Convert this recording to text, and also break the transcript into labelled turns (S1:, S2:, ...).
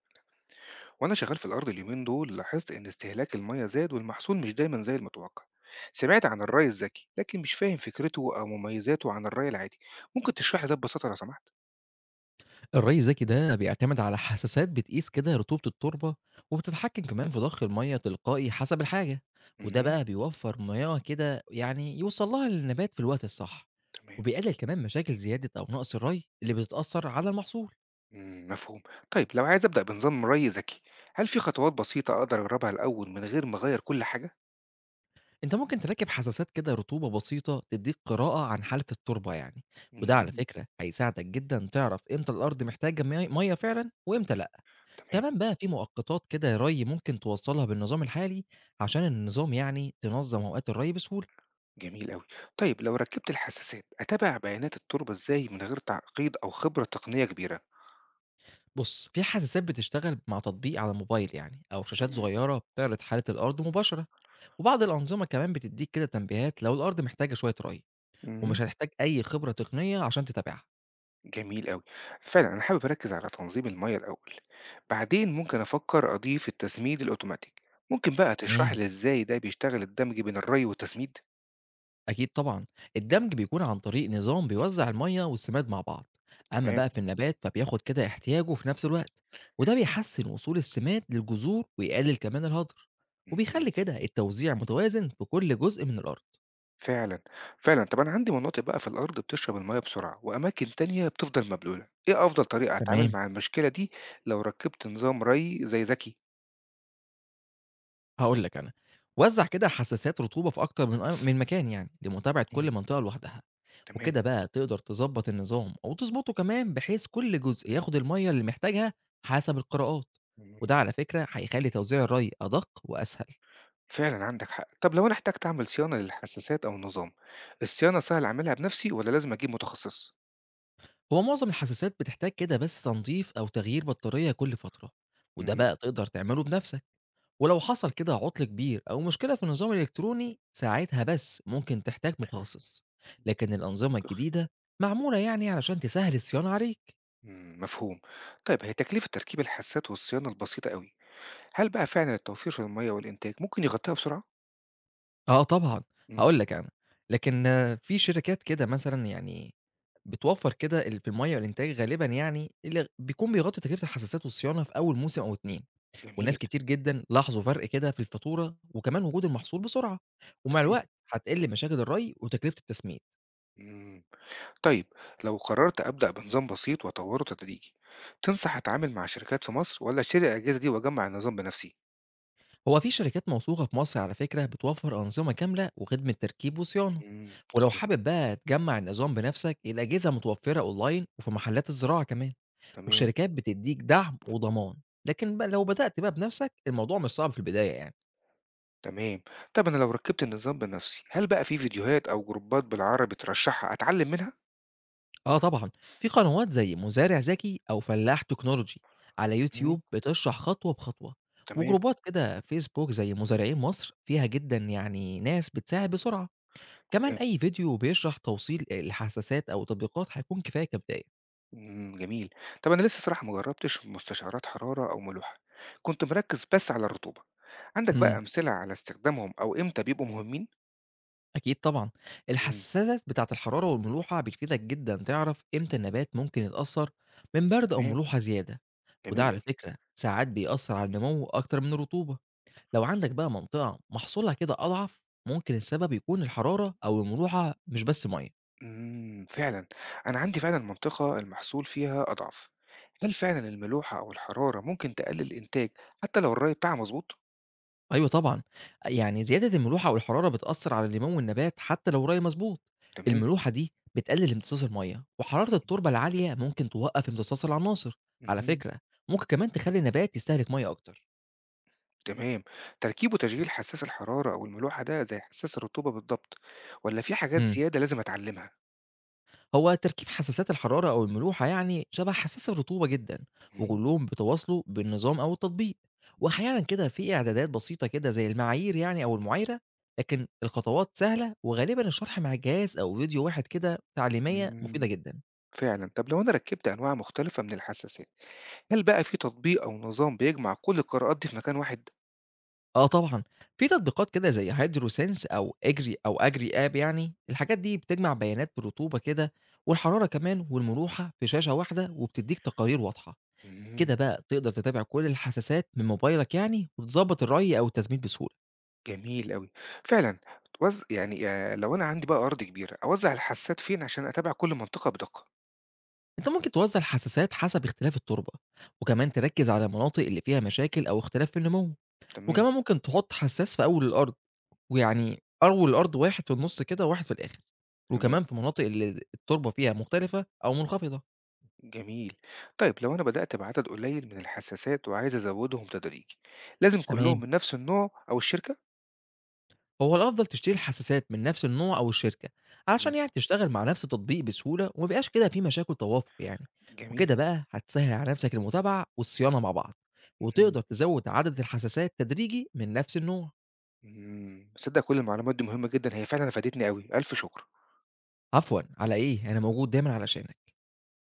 S1: وانا شغال في الارض اليومين دول، لاحظت ان استهلاك الميه زاد والمحصول مش دايما زي المتوقع. سمعت عن الري الذكي لكن مش فاهم فكرته او مميزاته عن الري العادي. ممكن تشرح لي ده ببساطه لو سمحت؟
S2: الري الذكي ده بيعتمد على حساسات بتقيس كده رطوبة التربة، وبتتحكم كمان في ضخ المية تلقائي حسب الحاجة. وده
S1: امم.
S2: بقى بيوفر مياه كده يعني يوصل لها للنبات في الوقت الصح،
S1: تمام.
S2: وبيقلل كمان مشاكل زيادة أو نقص الري اللي بتتأثر على المحصول.
S1: مم، مفهوم. طيب لو عايز ابدا بنظام ري ذكي، هل في خطوات بسيطه اقدر اجربها الاول من غير ما اغير كل حاجه؟
S2: انت ممكن تركب حساسات كده رطوبة بسيطة تديك قراءة عن حالة التربة يعني، وده على
S1: امم.
S2: فكرة هيساعدك جدا تعرف امتى الأرض محتاجة مية فعلا وامتى لا.
S1: تمام.
S2: كمان بقى في مؤقتات كده ري ممكن توصلها بالنظام الحالي عشان النظام يعني تنظم اوقات الري بسهوله.
S1: جميل قوي. طيب لو ركبت الحساسات، اتابع بيانات التربه ازاي من غير تعقيد او خبره تقنيه كبيره؟
S2: بص، في حساسات بتشتغل مع تطبيق على الموبايل يعني، او شاشات صغيره بتعرض حاله الارض مباشره، وبعض الانظمه كمان بتديك كده تنبيهات لو الارض محتاجه شويه ري، ومش
S1: امم.
S2: هتحتاج اي خبره تقنيه عشان تتابعها.
S1: جميل أوي. فعلًا أنا حابب أركّز على تنظيم المَيّة الأول، بعدين ممكن أفكّر أضيف التسميد الأوتوماتيك. ممكن بقى تشرح
S2: تمام.
S1: لي إزاي ده بيشتغل، الدمج بين الري والتسميد؟
S2: أكيد طبعًا، الدمج بيكون عن طريق نظام بيوزع المَيّة والسماد مع بعض، أمّا
S1: تمام.
S2: بقى في النبات فبياخد كده احتياجه في نفس الوقت، وده بيحسّن وصول السماد للجذور ويقلل كمان الهدر،
S1: اهم.
S2: وبيخلّي كده التوزيع متوازن في كل جزء من الأرض.
S1: فعلًا، فعلًا. طب أنا عندي مناطق بقى في الأرض بتشرب المَيّة بسرعة وأماكن تانية بتفضل مبلولة. إيه أفضل طريقة أتعامل
S2: تمام.
S1: مع المشكلة دي لو ركّبت نظام ري ذكي؟
S2: هاقول لك أنا، وزّع كده حساسات رطوبة في أكتر من مكان يعني، لمتابعة
S1: إمم.
S2: كل منطقة لوحدها،
S1: تمام.
S2: وكده بقى تقدر تضبّط النظام أو تضبطه كمان بحيث كل جزء ياخد المَيّة اللي محتاجها حسب القراءات،
S1: إمم.
S2: وده على فكرة هيخلّي توزيع الري أدق وأسهل.
S1: فعلًا عندك حق. طب لو أنا احتجت أعمل صيانة للحساسات أو النظام، الصيانة سهل أعملها بنَفْسي والّا لازم أجيب متخصص؟
S2: هو معظم الحساسات بتحتاج كده بس تنضيف أو تغيير بطارية كل فترة، وده
S1: إمم.
S2: بقى تقدر تعمله بنفسك. ولو حصل كده عطل كبير أو مشكلة في النظام الإلكتروني، ساعتها بس ممكن تحتاج مخصص، لكن الأنظمة
S1: منطقي.
S2: الجديدة معمولة يعني علشان تسهل الصيانة عليك.
S1: مم، مفهوم. طيب هي تكلفة تركيب الحسات والصيانة البسيطة قوي، هل بقى فعلا التوفير في المية والإنتاج ممكن يغطيها بسرعة؟
S2: آه طبعا.
S1: مم.
S2: هقول لك أنا، لكن في شركات كده مثلا يعني بتوفر كده في المية والإنتاج غالبا يعني، اللي بيكون بيغطي تكلفة الحساسات والصيانة في أول موسم أو اتنين. وناس
S1: جميل.
S2: كتير جدا لاحظوا فرق كده في الفاتورة، وكمان وجود المحصول بسرعة، ومع
S1: تمام.
S2: الوقت هتقل مشاكل الري وتكلفة التسميد.
S1: مم. طيب لو قررت أبدأ بنظام بسيط وأطوره تدريجي، تنصح أتعامل مع شركات في مصر ولا أشتري الأجهزة دي وأجمع النظام بنفسي؟
S2: هو في شركات موثوقة في مصر على فكرة بتوفر أنظمة كاملة وخدمة تركيب وصيانة،
S1: مم.
S2: ولو
S1: تمام.
S2: حابب بقى تجمع النظام بنفسك، الأجهزة متوفرة أونلاين وفي محلات الزراعة كمان،
S1: تمام.
S2: والشركات بتديك دعم وضمان. لكن بقى لو بدأت بقى بنفسك الموضوع مش صعب في البداية يعني.
S1: تمام. طب أنا لو ركبت النظام بنفسي، هل بقى في فيديوهات أو جروبات بالعربي ترشحها أتعلم منها؟
S2: اه طبعا، في قنوات زي مزارع ذكي أو فلاح تكنولوجي على
S1: مم.
S2: يوتيوب بتشرح خطوة بخطوة،
S1: تمام.
S2: وجروبات كده فيسبوك زي مزارعين مصر فيها جدا يعني ناس بتساعد بسرعة، كمان
S1: تمام.
S2: أي فيديو بيشرح توصيل الحساسات أو تطبيقات هيكون كفاية كبداية.
S1: إمم، جميل. طَب أنا لسه صراحة ما جرّبتش مستشعرات حرارة أو ملوحة، كنت مركّز بس على الرطوبة. عندك بقى
S2: امم
S1: أمثلة على استخدامهم أو إمتى بيبقوا مهمين؟
S2: أكيد طبعًا.
S1: إمم،
S2: الحساسات بتاعة الحرارة والملوحة بتفيدك جدا تعرف إمتى النبات ممكن يتأثر من برد أو
S1: تمام،
S2: ملوحة زيادة، وده
S1: جميل
S2: على
S1: أوي.
S2: فكرة ساعات بيأثر على النمو أكتر من الرطوبة. لو عندك بقى منطقة محصولها كده أضعف، ممكن السبب يكون الحرارة أو الملوحة مش بس مية.
S1: إمم، فعلًا. أنا عندي فعلًا منطقة المحصول فيها أضعف. هل فعلًا الملوحة أو الحرارة ممكن تقلل الإنتاج حتى لو الري بتاعها مضبوط؟
S2: أيوه طبعًا، يعني زيادة الملوحة والحرارة بتأثّر على الليمون والنبات حتى لو الري مضبوط،
S1: تمام.
S2: الملوحة دي بتقلل امتصاص المَيّة، وحرارة التربة العالية ممكن توقّف امتصاص العناصر، على
S1: اهم.
S2: فكرة ممكن كمان تخلّي النبات يستهلك مَيّة أكتر.
S1: تمام. تركيب وتشغيل حساس الحرارة أو الملوحة ده زي حساس الرطوبة بالضبط، والّا في حاجات
S2: إمم.
S1: زيادة لازم أتعلّمها؟
S2: هو تركيب حساسات الحرارة أو الملوحة يعني شبه حساس الرطوبة جدًا، وكلّهم بيتواصلوا بالنظام أو التطبيق، وأحيانًا كده في إعدادات بسيطة كده زي المعايير يعني أو المُعايرة، لكن الخطوات سهلة وغالبًا الشرح مع جهاز أو فيديو واحد كده تعليمية مفيدة
S1: إمم.
S2: جدًا.
S1: فعلا. طب لو أنا ركبت أنواع مختلفة من الحساسات، هل بقى في تطبيق أو نظام بيجمع كل القراءات دي في مكان واحد؟
S2: آه طبعًا، في تطبيقات كده زي HydroSense أو Agri أو AgriApp يعني، الحاجات دي بتجمع بيانات الرطوبة كده والحرارة كمان والمروحة في شاشة واحدة وبتدّيك تقارير واضحة،
S1: مم.
S2: كده بقى تقدر تتابع كل الحساسات من موبايلك يعني وتضبط الري أو التسميد بسهولة.
S1: جميل أوي. فعلا. وز... يعني آه، لو أنا عندي بقى أرض كبيرة، أوزع الحساسات فين عشان أتابع كل منطقة بدقة؟
S2: أنت ممكن توزع الحساسات حسب اختلاف التربة، وكمان
S1: مم.
S2: تركّز على المناطق اللي فيها مشاكل أو اختلاف في النمو،
S1: تمام.
S2: وكمان ممكن تحط حساس في أول الأرض، ويعني أول الأرض واحد في النُص كده وواحد في الآخر،
S1: تمام.
S2: وكمان في مناطق اللي التربة فيها مختلفة أو منخفضة.
S1: جميل. طيب لو أنا بدأت بعدد قليل من الحساسات وعايز أزودهم تدريجي، لازم كلهم
S2: تمام.
S1: من نفس النوع أو الشركة؟
S2: هو الافضل تشتري الحساسات من نفس النوع او الشركه
S1: تمام.
S2: علشان يعني تشتغل مع نفس التطبيق بسهوله، وما يبقاش كده في مشاكل توافق يعني،
S1: جميل.
S2: وكده بقى هتسهل على نفسك المتابعه والصيانه مع بعض، وتقدر
S1: مم.
S2: تزود عدد الحساسات تدريجي من نفس النوع.
S1: مم، صدق كل المعلومات دي مهمة جدا، هي فعلا فادتني أوي، ألف شكر.
S2: عفوا، على ايه، انا موجود دايما علشانك.